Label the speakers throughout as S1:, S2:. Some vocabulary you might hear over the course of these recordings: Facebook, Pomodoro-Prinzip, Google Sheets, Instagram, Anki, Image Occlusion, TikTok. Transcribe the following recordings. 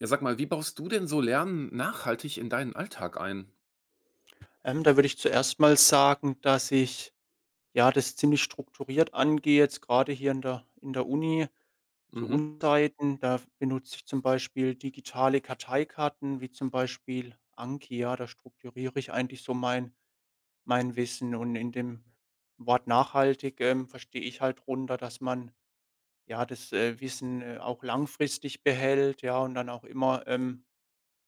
S1: Ja, sag mal, wie baust du denn so Lernen nachhaltig in deinen Alltag ein?
S2: Da würde ich zuerst mal sagen, dass ich, ja, das ziemlich strukturiert angehe, jetzt gerade hier in der Uni zu
S1: Mhm,
S2: Unzeiten. Da benutze ich zum Beispiel digitale Karteikarten, wie zum Beispiel Anki, ja. Da strukturiere ich eigentlich so mein Wissen, und in dem Wort nachhaltig, verstehe ich halt runter, dass man, ja, das, Wissen, auch langfristig behält, ja, und dann auch immer,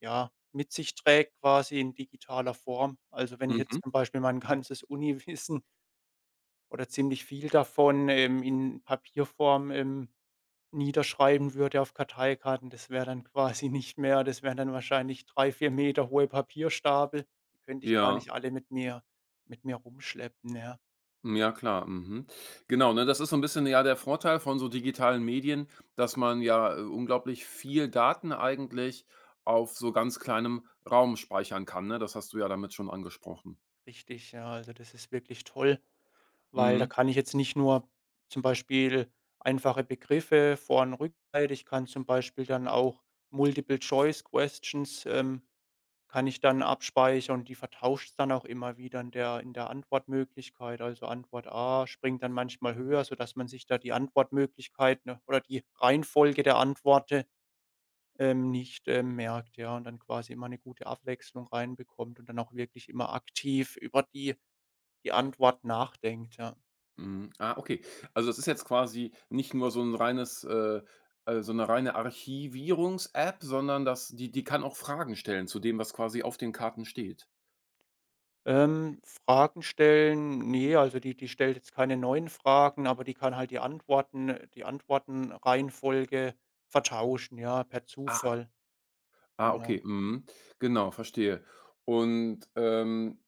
S2: ja, mit sich trägt, quasi in digitaler Form. Also, wenn ich
S1: mhm.
S2: jetzt zum Beispiel mein ganzes Uniwissen oder ziemlich viel davon, in Papierform, niederschreiben würde auf Karteikarten, das wäre dann quasi nicht mehr, das wären dann wahrscheinlich 3 4 Meter hohe Papierstapel. Die könnte ich gar
S1: Ja,
S2: nicht alle mit mir rumschleppen, ja.
S1: hm, ja klar, mhm. Genau, ne, das ist so ein bisschen ja der Vorteil von so digitalen Medien, dass man ja, unglaublich viel Daten eigentlich auf so ganz kleinem Raum speichern kann, ne? Das hast du ja damit schon angesprochen.
S2: Richtig, ja. Also, das ist wirklich toll. Weil da
S1: Mhm,
S2: kann ich jetzt nicht nur zum Beispiel einfache Begriffe Vor- und Rückseite, ich kann zum Beispiel dann auch Multiple Choice Questions, kann ich dann abspeichern, und die vertauscht's dann auch immer wieder in der Antwortmöglichkeit. Also, Antwort A springt dann manchmal höher, sodass man sich da die Antwortmöglichkeit, ne, oder die Reihenfolge der Antworten, nicht, merkt, ja, und dann quasi immer eine gute Abwechslung reinbekommt und dann auch wirklich immer aktiv über die Antwort nachdenkt, ja.
S1: mhm. Ah, okay. Also, das ist jetzt quasi nicht nur so ein reines so eine reine Archivierungs-App, sondern das die kann auch Fragen stellen zu dem, was quasi auf den Karten steht.
S2: Fragen stellen, nee, also die stellt jetzt keine neuen Fragen, aber die kann halt die Antworten, die Antwortenreihenfolge vertauschen, ja, per
S1: Ah.
S2: Zufall,
S1: Ah, okay,
S2: genau.
S1: mhm. Genau, verstehe. Und,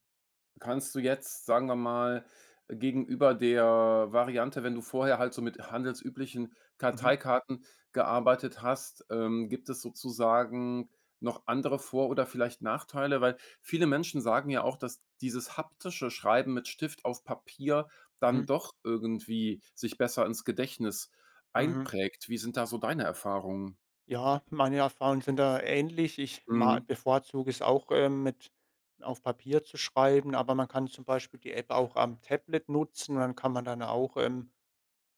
S1: kannst du jetzt, sagen wir mal, gegenüber der Variante, wenn du vorher halt so mit handelsüblichen
S2: Mhm,
S1: Karteikarten gearbeitet hast, gibt es sozusagen noch andere Vor oder vielleicht Nachteile? Weil viele Menschen sagen ja auch, dass dieses haptische Schreiben mit Stift auf Papier dann
S2: mhm,
S1: doch irgendwie sich besser ins Gedächtnis
S2: mhm.
S1: einprägt. Wie sind da so deine Erfahrungen?
S2: Ja, meine Erfahrungen sind da ähnlich. Ich ma
S1: Mhm.
S2: bevorzuge es auch, mit, auf Papier zu schreiben, aber man kann zum Beispiel die App auch am Tablet nutzen, und dann kann man dann auch, ähm,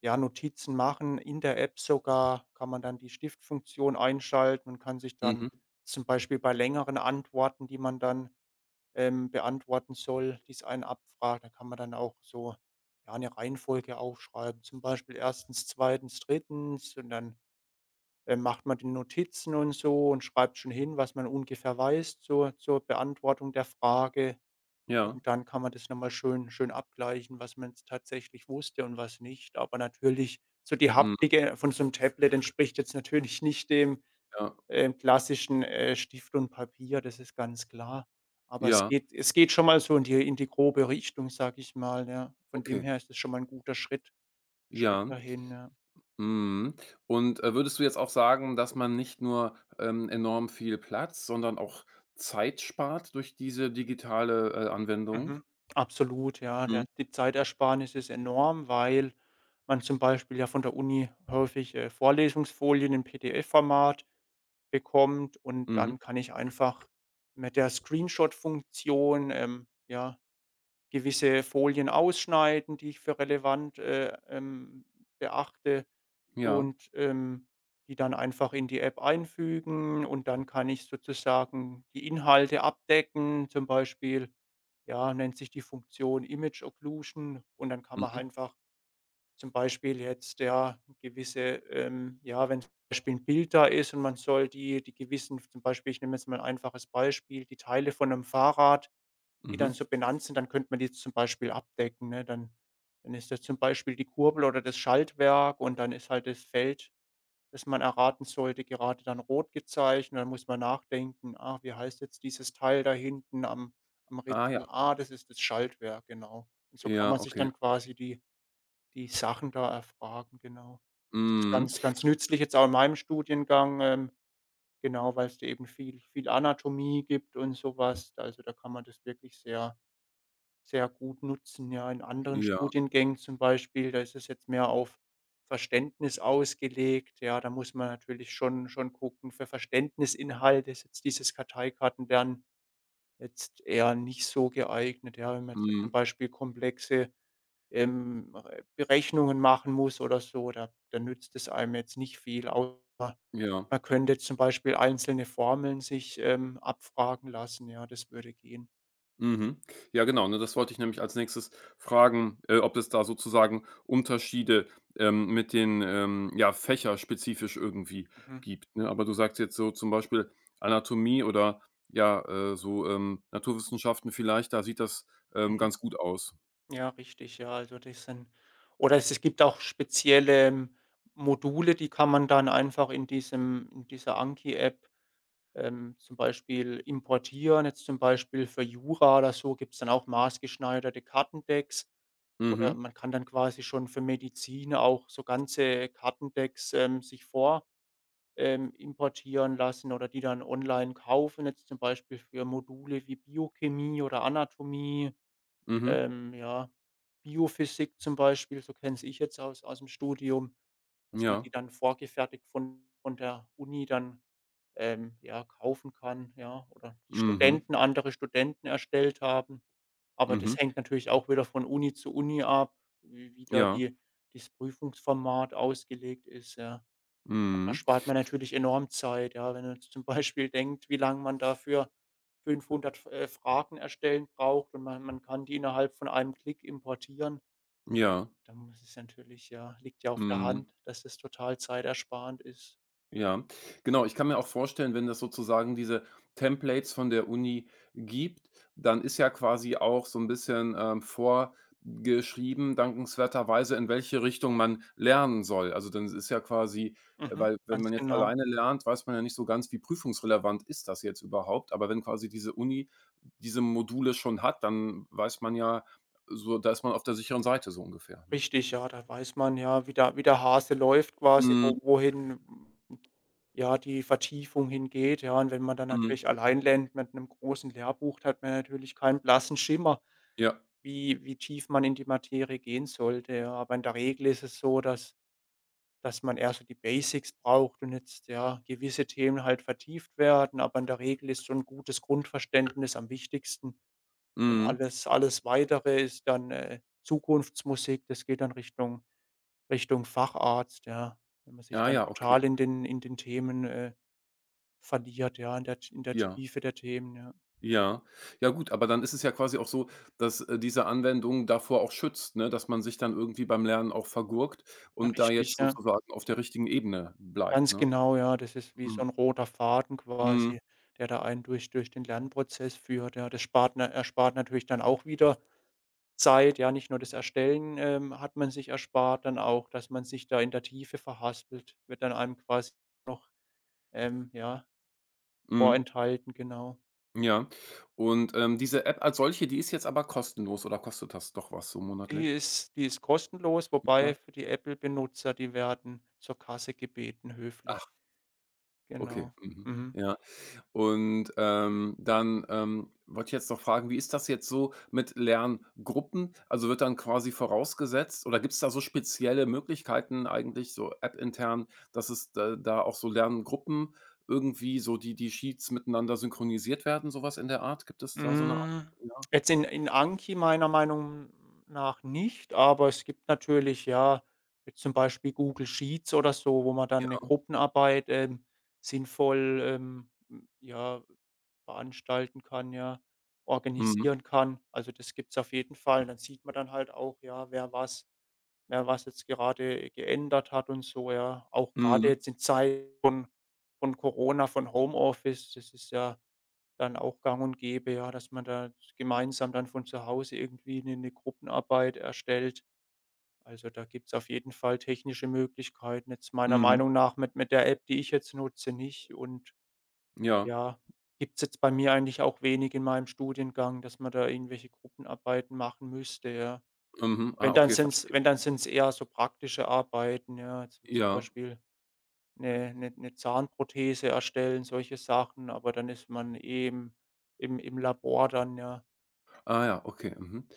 S2: Ja, Notizen machen. In der App sogar kann man dann die Stiftfunktion einschalten und kann sich dann
S1: Mhm.
S2: zum Beispiel bei längeren Antworten, die man dann, beantworten soll, die's einen abfragt, da kann man dann auch so, ja, eine Reihenfolge aufschreiben, zum Beispiel erstens, zweitens, drittens, und dann, macht man die Notizen und so und schreibt schon hin, was man ungefähr weiß zur Beantwortung der Frage.
S1: Ja.
S2: Und dann kann man das noch mal schön schön abgleichen, was man jetzt tatsächlich wusste und was nicht. Aber natürlich, so die
S1: Mhm.
S2: Haptik, von so einem Tablet entspricht jetzt natürlich nicht dem,
S1: Ja,
S2: klassischen, Stift und Papier, das ist ganz klar. Aber es
S1: ja,
S2: geht es geht schon mal so in die grobe Richtung, sage ich mal, ja. Von dem
S1: okay.
S2: her ist es schon mal ein guter Schritt
S1: Ja,
S2: dahin, ja.
S1: mhm. Und, würdest du jetzt auch sagen, dass man nicht nur, enorm viel Platz, sondern auch Zeit spart durch diese digitale, Anwendung?
S2: Mhm. Absolut, ja.
S1: Mhm,
S2: Der Die Zeitersparnis ist enorm, weil man zum Beispiel ja von der Uni häufig, Vorlesungsfolien im PDF-Format bekommt, und
S1: mhm,
S2: dann kann ich einfach mit der Screenshot-Funktion, ja, gewisse Folien ausschneiden, die ich für relevant, beachte,
S1: ja,
S2: und, die dann einfach in die App einfügen, und dann kann ich sozusagen die Inhalte abdecken. Zum Beispiel, ja, nennt sich die Funktion Image Occlusion, und dann kann man
S1: mhm,
S2: einfach zum Beispiel jetzt, ja, gewisse, ja, wenn zum Beispiel ein Bild da ist und man soll die gewissen, zum Beispiel, ich nehme jetzt mal 'n einfaches Beispiel, die Teile von einem Fahrrad, die
S1: mhm.
S2: dann so benannt sind, dann könnte man die zum Beispiel abdecken, ne? Dann ist das zum Beispiel die Kurbel oder das Schaltwerk, und dann ist halt das Feld, das man erraten sollte, gerade dann rot gezeichnet. Dann muss man nachdenken: „Ah, wie heißt jetzt dieses Teil da hinten am
S1: Ah
S2: Rätsel?
S1: ja,
S2: Ah, das ist das Schaltwerk“, genau. Und so kann
S1: ja,
S2: man sich
S1: okay.
S2: dann quasi die Sachen da erfragen, genau. Das ist
S1: Mhm,
S2: ganz ganz nützlich jetzt auch in meinem Studiengang, genau, weil es da eben viel viel Anatomie gibt und sowas. Also, da kann man das wirklich sehr, sehr gut nutzen, ja. In anderen
S1: ja,
S2: Studiengängen zum Beispiel, da ist es jetzt mehr auf Verständnis ausgelegt, ja. Da muss man natürlich schon gucken. Für Verständnisinhalte ist jetzt dieses Karteikartenlernen jetzt eher nicht so geeignet, ja, wenn man jetzt zum
S1: mhm,
S2: Beispiel komplexe ähm, äh, Berechnungen machen muss oder so, da nützt es einem jetzt nicht viel, außer
S1: ja.
S2: man könnte zum Beispiel einzelne Formeln sich, abfragen lassen. Ja, das würde gehen.
S1: Mhm. Ja, genau, ne, das wollte ich nämlich als Nächstes fragen, ob es da sozusagen Unterschiede, mit den, ja, fächerspezifisch irgendwie
S2: Mhm,
S1: gibt, ne? Aber du sagst jetzt so zum Beispiel Anatomie oder, ja, so, Naturwissenschaften vielleicht, da sieht das,
S2: mhm.
S1: ganz gut aus.
S2: Ja, richtig, ja, also das sind, oder es gibt auch spezielle, Module, die kann man dann einfach in dieser Anki-App, zum Beispiel importieren. Jetzt zum Beispiel für Jura oder so gibt's dann auch maßgeschneiderte Kartendecks. Oder
S1: Mhm,
S2: man kann dann quasi schon für Medizin auch so ganze Kartendecks, sich vor importieren lassen oder die dann online kaufen, jetzt zum Beispiel für Module wie Biochemie oder Anatomie,
S1: mhm,
S2: ja, Biophysik zum Beispiel, so kenne ich jetzt aus dem Studium, dass man
S1: ja,
S2: die dann vorgefertigt von der Uni dann, ja, kaufen kann, ja, oder die
S1: mhm,
S2: Studenten andere Studenten erstellt haben. Aber
S1: mhm,
S2: das hängt natürlich auch wieder von Uni zu Uni ab, wie da
S1: ja,
S2: die das Prüfungsformat ausgelegt ist, ja. Da
S1: mhm,
S2: spart man natürlich enorm Zeit, ja, wenn man jetzt zum Beispiel denkt, wie lang man dafür 500 F Fragen erstellen braucht, und man kann die innerhalb von einem Klick importieren,
S1: ja,
S2: dann ist es natürlich, ja, liegt ja auf der
S1: mhm.
S2: Hand, dass das total zeitersparend ist.
S1: Ja, genau. Ich kann mir auch vorstellen, wenn das sozusagen diese Templates von der Uni gibt, dann ist ja quasi auch so ein bisschen, vorgeschrieben, dankenswerterweise, in welche Richtung man lernen soll. Also, dann ist ja quasi
S2: Mhm,
S1: weil wenn
S2: ganz
S1: man jetzt
S2: genau.
S1: alleine lernt, weiß man ja nicht so ganz, wie prüfungsrelevant ist das jetzt überhaupt. Aber wenn quasi diese Uni diese Module schon hat, dann weiß man ja so da ist man auf der sicheren Seite so ungefähr, ne?
S2: Richtig, ja, da weiß man ja, wie der Hase läuft, quasi,
S1: Mhm,
S2: wo wohin, mm, ja, die Vertiefung hingeht, ja. Und wenn man dann
S1: mhm,
S2: natürlich allein lernt mit einem großen Lehrbuch, da hat man natürlich keinen blassen Schimmer,
S1: ja,
S2: wie tief man in die Materie gehen sollte, ja. Aber in der Regel ist es so, dass man eher so die Basics braucht und jetzt, ja, gewisse Themen halt vertieft werden, aber in der Regel ist so ein gutes Grundverständnis am wichtigsten, und
S1: mhm.
S2: alles Weitere ist dann, Zukunftsmusik. Das geht dann Richtung Facharzt, ja. Wenn man sich
S1: Ah
S2: dann
S1: ja,
S2: total
S1: okay,
S2: in den Themen, verliert, ja, in der
S1: ja.
S2: Tiefe der Themen, ja.
S1: Ja. Ja gut, aber dann ist es ja quasi auch so, dass, diese Anwendung davor auch schützt, ne, dass man sich dann irgendwie beim Lernen auch vergurkt
S2: Ja,
S1: und da
S2: richtig,
S1: jetzt
S2: ja.
S1: sozusagen auf der richtigen Ebene bleibt,
S2: Ganz
S1: ne?
S2: genau, ja. Das ist wie so
S1: Mhm.
S2: 'n roter Faden,
S1: Mhm.
S2: quasi, der da einen durch den Lernprozess führt, ja. Das spart na erspart natürlich dann auch wieder Zeit, ja. Nicht nur das Erstellen, hat man sich erspart, dann auch, dass man sich da in der Tiefe verhaspelt, wird dann einem quasi noch, ja,
S1: Mhm.
S2: vorenthalten, genau.
S1: Ja. Und, diese App als solche, die ist jetzt aber kostenlos oder kostet das doch was so
S2: Die
S1: monatlich?
S2: ist die ist kostenlos, wobei
S1: Ja.
S2: für die Apple-Benutzer, die werden zur Kasse gebeten,
S1: Ach,
S2: höflich.
S1: okay.
S2: Genau.
S1: Mhm.
S2: Mhm.
S1: Ja. Und, dann, wollte ich jetzt noch fragen, wie ist das jetzt so mit Lerngruppen? Also, wird dann quasi vorausgesetzt oder gibt es da so spezielle Möglichkeiten eigentlich so app-intern, dass es da auch so Lerngruppen irgendwie so die Sheets miteinander synchronisiert werden, sowas in der Art? Gibt es da so eine Art?
S2: Hm,
S1: Ja,
S2: Jetzt in Anki meiner Meinung nach nicht, aber es gibt natürlich, ja, jetzt zum Beispiel Google Sheets oder so, wo man dann eine
S1: ja.
S2: Gruppenarbeit, sinnvoll, ja, veranstalten kann, ja,
S1: Mhm.
S2: organisieren kann. Also, das gibt's auf jeden Fall. Dann sieht man dann halt auch, ja, wer was, ne, was jetzt gerade geändert hat, und so, ja. Auch gerade
S1: Mhm.
S2: jetzt in Zeiten von Corona, von Homeoffice, das ist ja dann auch gang und gäbe, ja, dass man da gemeinsam dann von zu Hause irgendwie eine Gruppenarbeit erstellt. Also, da gibt's auf jeden Fall technische Möglichkeiten, jetzt meiner
S1: Mhm.
S2: Meinung nach mit der App, die ich jetzt nutze, nicht, und
S1: Ja.
S2: ja, gibt's jetzt bei mir eigentlich auch wenig in meinem Studiengang, dass man da irgendwelche Gruppenarbeiten machen müsste, ja.
S1: Mhm. Ah, okay, verstehe.
S2: Wenn, dann sind es eher so praktische Arbeiten, ja, jetzt wie zum
S1: Ja.
S2: Beispiel eine 'ne 'ne Zahnprothese erstellen, solche Sachen, aber dann ist man eben im Labor dann, ja.
S1: Ah ja, okay. Mhm.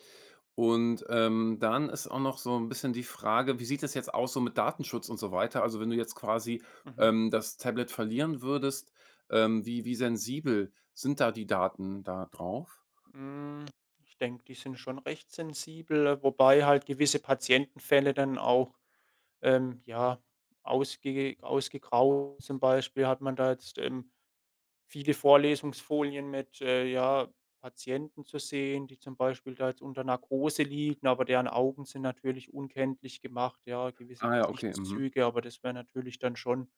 S1: Und, dann ist auch noch so ein bisschen die Frage, wie sieht es jetzt aus so mit Datenschutz und so weiter? Also, wenn du jetzt quasi,
S2: Mhm.
S1: das Tablet verlieren würdest, wie sensibel sind da die Daten da drauf?
S2: Hm, Ich denke, die sind schon recht sensibel, wobei halt gewisse Patientenfälle dann auch, ja, ausgegraut. Zum Beispiel hat man da jetzt, viele Vorlesungsfolien mit, ja, Patienten zu sehen, die zum Beispiel da jetzt unter Narkose liegen, aber deren Augen sind natürlich unkenntlich gemacht, ja, gewisse
S1: Ah ja, okay, mhm.
S2: Gesichtszüge, aber das wäre natürlich dann schon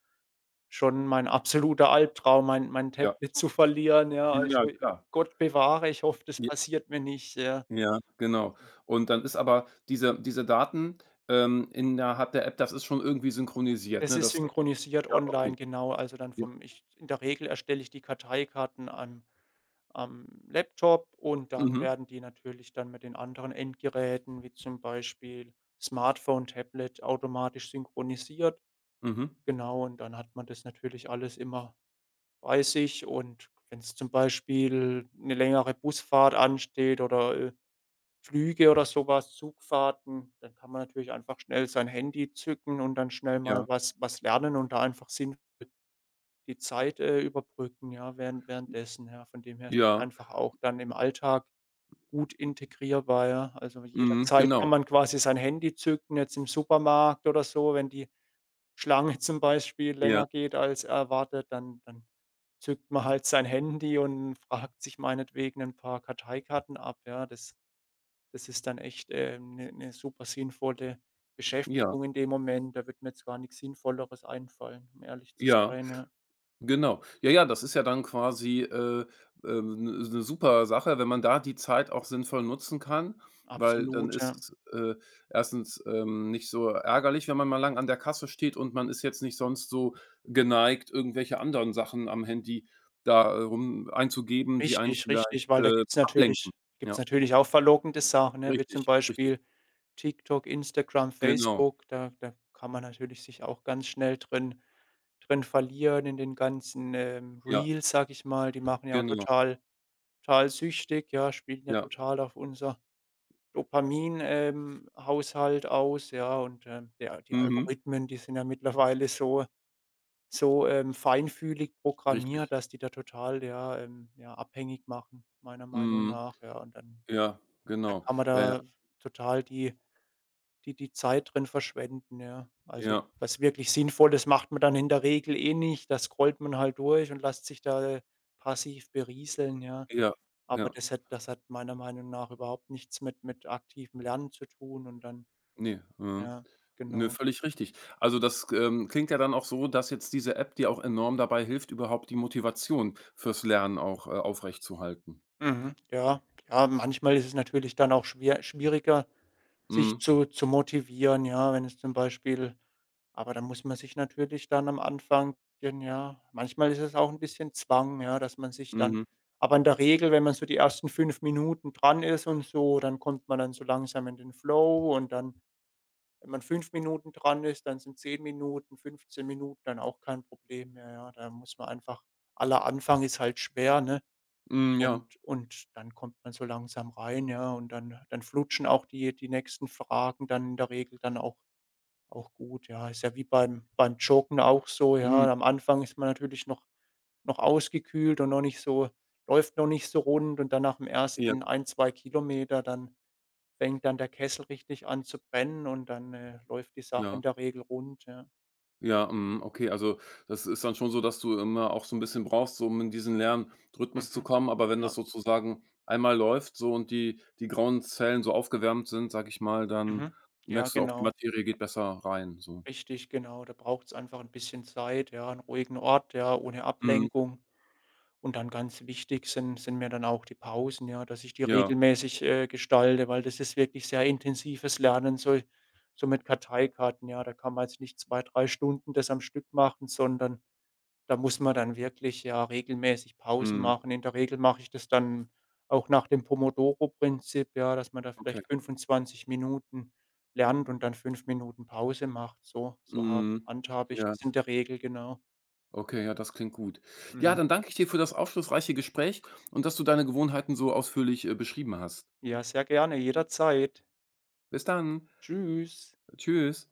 S2: schon mein absoluter Albtraum, mein
S1: Ja.
S2: Tablet zu verlieren, ja.
S1: Ja, ja,
S2: Also,
S1: klar.
S2: Gott bewahre, ich hoffe, das
S1: J
S2: passiert mir nicht, ja.
S1: ja, genau. Und dann ist aber diese Daten, innerhalb der App, das ist schon irgendwie synchronisiert,
S2: Das
S1: ne?
S2: ist
S1: Das
S2: synchronisiert
S1: Ja, okay.
S2: online, genau. Also, dann
S1: Ja.
S2: vom ich, in der Regel erstelle ich die Karteikarten am Laptop, und dann
S1: Mhm.
S2: werden die natürlich dann mit den anderen Endgeräten, wie zum Beispiel Smartphone, Tablet, automatisch synchronisiert.
S1: Mhm.
S2: Genau, und dann hat man das natürlich alles immer bei sich, und wenn es zum Beispiel eine längere Busfahrt ansteht oder, Flüge oder sowas, Zugfahrten, dann kann man natürlich einfach schnell sein Handy zücken und dann schnell
S1: Ja.
S2: mal was lernen und da einfach sinn die Zeit, überbrücken, ja, währenddessen, ja. Von dem her ist
S1: Ja.
S2: einfach auch dann im Alltag gut integrierbar, ja. Also,
S1: Mhm.
S2: jederzeit kann
S1: Genau.
S2: man quasi sein Handy zücken, jetzt im Supermarkt oder so. Wenn die Schlange zum Beispiel
S1: Ja.
S2: länger geht als erwartet, dann zückt man halt sein Handy und fragt sich meinetwegen ein paar Karteikarten ab, ja. Das ist dann echt eine 'ne 'ne super sinnvolle
S1: Ja.
S2: Beschäftigung in dem Moment. Da wird mir jetzt gar nichts Sinnvolleres einfallen, um ehrlich zu
S1: Ja.
S2: sein, ja.
S1: Genau. Ja, ja, das ist ja dann quasi, 'ne super Sache, wenn man da die Zeit auch sinnvoll nutzen kann, weil dann
S2: Absolut, ja.
S1: ist es, erstens, nicht so ärgerlich, wenn man mal lang an der Kasse steht und man ist jetzt nicht sonst so geneigt, irgendwelche anderen Sachen am Handy da, rum einzugeben, die einen
S2: Richtig,
S1: vielleicht,
S2: richtig, weil da gibt's
S1: ablenken.
S2: natürlich gibt's
S1: Ja,
S2: natürlich auch verlockende Sachen, ne, wie zum
S1: richtig, richtig.
S2: Beispiel TikTok, Instagram,
S1: Genau.
S2: Facebook. Da kann man natürlich sich auch ganz schnell drin verlieren in den ganzen,
S1: Ja,
S2: Reels, sage ich mal. Die machen ja auch
S1: genau.
S2: total total süchtig, ja, spielen ja
S1: Ja.
S2: total auf unser Dopamin, Haushalt aus, ja, und, ja, die
S1: Mhm.
S2: Algorithmen, die sind ja mittlerweile so so, feinfühlig programmiert,
S1: Richtig.
S2: dass die da total, ja, ja, abhängig machen, meiner Meinung
S1: Mhm.
S2: nach, ja. Und dann
S1: Ja,
S2: da
S1: genau.
S2: kann man
S1: Ja, ja,
S2: da total die Zeit drin verschwenden, ja. Also,
S1: ja,
S2: was wirklich Sinnvolles macht man dann in der Regel eh nicht. Da scrollt man halt durch und lässt sich da passiv berieseln, ja.
S1: ja,
S2: Aber
S1: ja.
S2: das hat meiner Meinung nach überhaupt nichts mit aktivem Lernen zu tun, und dann,
S1: Ne, mhm.
S2: ja,
S1: Ne,
S2: genau.
S1: völlig richtig. Also, das, klingt ja dann auch so, dass jetzt diese App dir auch enorm dabei hilft, überhaupt die Motivation fürs Lernen auch, aufrechtzuhalten.
S2: Mhm, ja. Ja, manchmal ist es natürlich dann auch schwer schwieriger, sich
S1: Mhm.
S2: zu motivieren, ja, wenn es zum Beispiel, aber da muss man sich natürlich dann am Anfang, denn ja, manchmal ist es auch ein bisschen Zwang, ja, dass man sich dann,
S1: Mhm.
S2: aber in der Regel, wenn man so die ersten 5 Minuten dran ist und so, dann kommt man dann so langsam in den Flow, und dann, wenn man 5 Minuten dran ist, dann sind 10 Minuten, 15 Minuten dann auch kein Problem mehr, ja. Da muss man einfach, aller Anfang ist halt schwer, ne?
S1: Mhm,
S2: Und
S1: ja.
S2: und dann kommt man so langsam rein, ja, und dann flutschen auch die nächsten Fragen dann in der Regel dann auch gut, ja. Ist ja wie beim Joggen auch so, ja.
S1: Mhm.
S2: Am Anfang ist man natürlich noch ausgekühlt und noch nicht so läuft noch nicht so rund, und dann nach dem
S1: Ja,
S2: ersten 1, 2 Kilometer, dann fängt dann der Kessel richtig an zu brennen, und dann, läuft die Sache
S1: ja,
S2: in der Regel rund, ja.
S1: ja, mhm, okay. Also, das ist dann schon so, dass du immer auch so 'n bisschen brauchst, so um in diesen Lernrhythmus zu
S2: Mhm.
S1: kommen, aber wenn das
S2: Ja.
S1: sozusagen einmal läuft so und die grauen Zellen so aufgewärmt sind, sage ich mal, dann
S2: Mhm. Ja,
S1: merkst du auch, die
S2: genau.
S1: Materie geht besser rein so.
S2: Richtig, genau. Da braucht es einfach ein bisschen Zeit, ja, einen ruhigen Ort, ja, ohne
S1: Mhm.
S2: Ablenkung. Und dann ganz wichtig sind mir dann auch die Pausen, ja, dass ich die
S1: Ja.
S2: regelmäßig, gestalte, weil das ist wirklich sehr intensives Lernen, so mit Karteikarten, ja. Da kann man jetzt nicht 2, 3 Stunden das am Stück machen, sondern da muss man dann wirklich, ja, regelmäßig Pausen
S1: Mhm.
S2: machen. In der Regel mache ich das dann auch nach dem Pomodoro-Prinzip, ja, dass man da
S1: Okay.
S2: vielleicht 25 Minuten lernt und dann 5 Minuten Pause macht. So so ha
S1: Mhm.
S2: handhabe ich
S1: Ja,
S2: das in der Regel, genau.
S1: okay, ja, das klingt gut. Ja,
S2: Mhm.
S1: dann danke ich dir für das aufschlussreiche Gespräch und dass du deine Gewohnheiten so ausführlich, beschrieben hast.
S2: Ja, sehr gerne, jederzeit.
S1: Bis dann.
S2: Tschüss.
S1: Tschüss.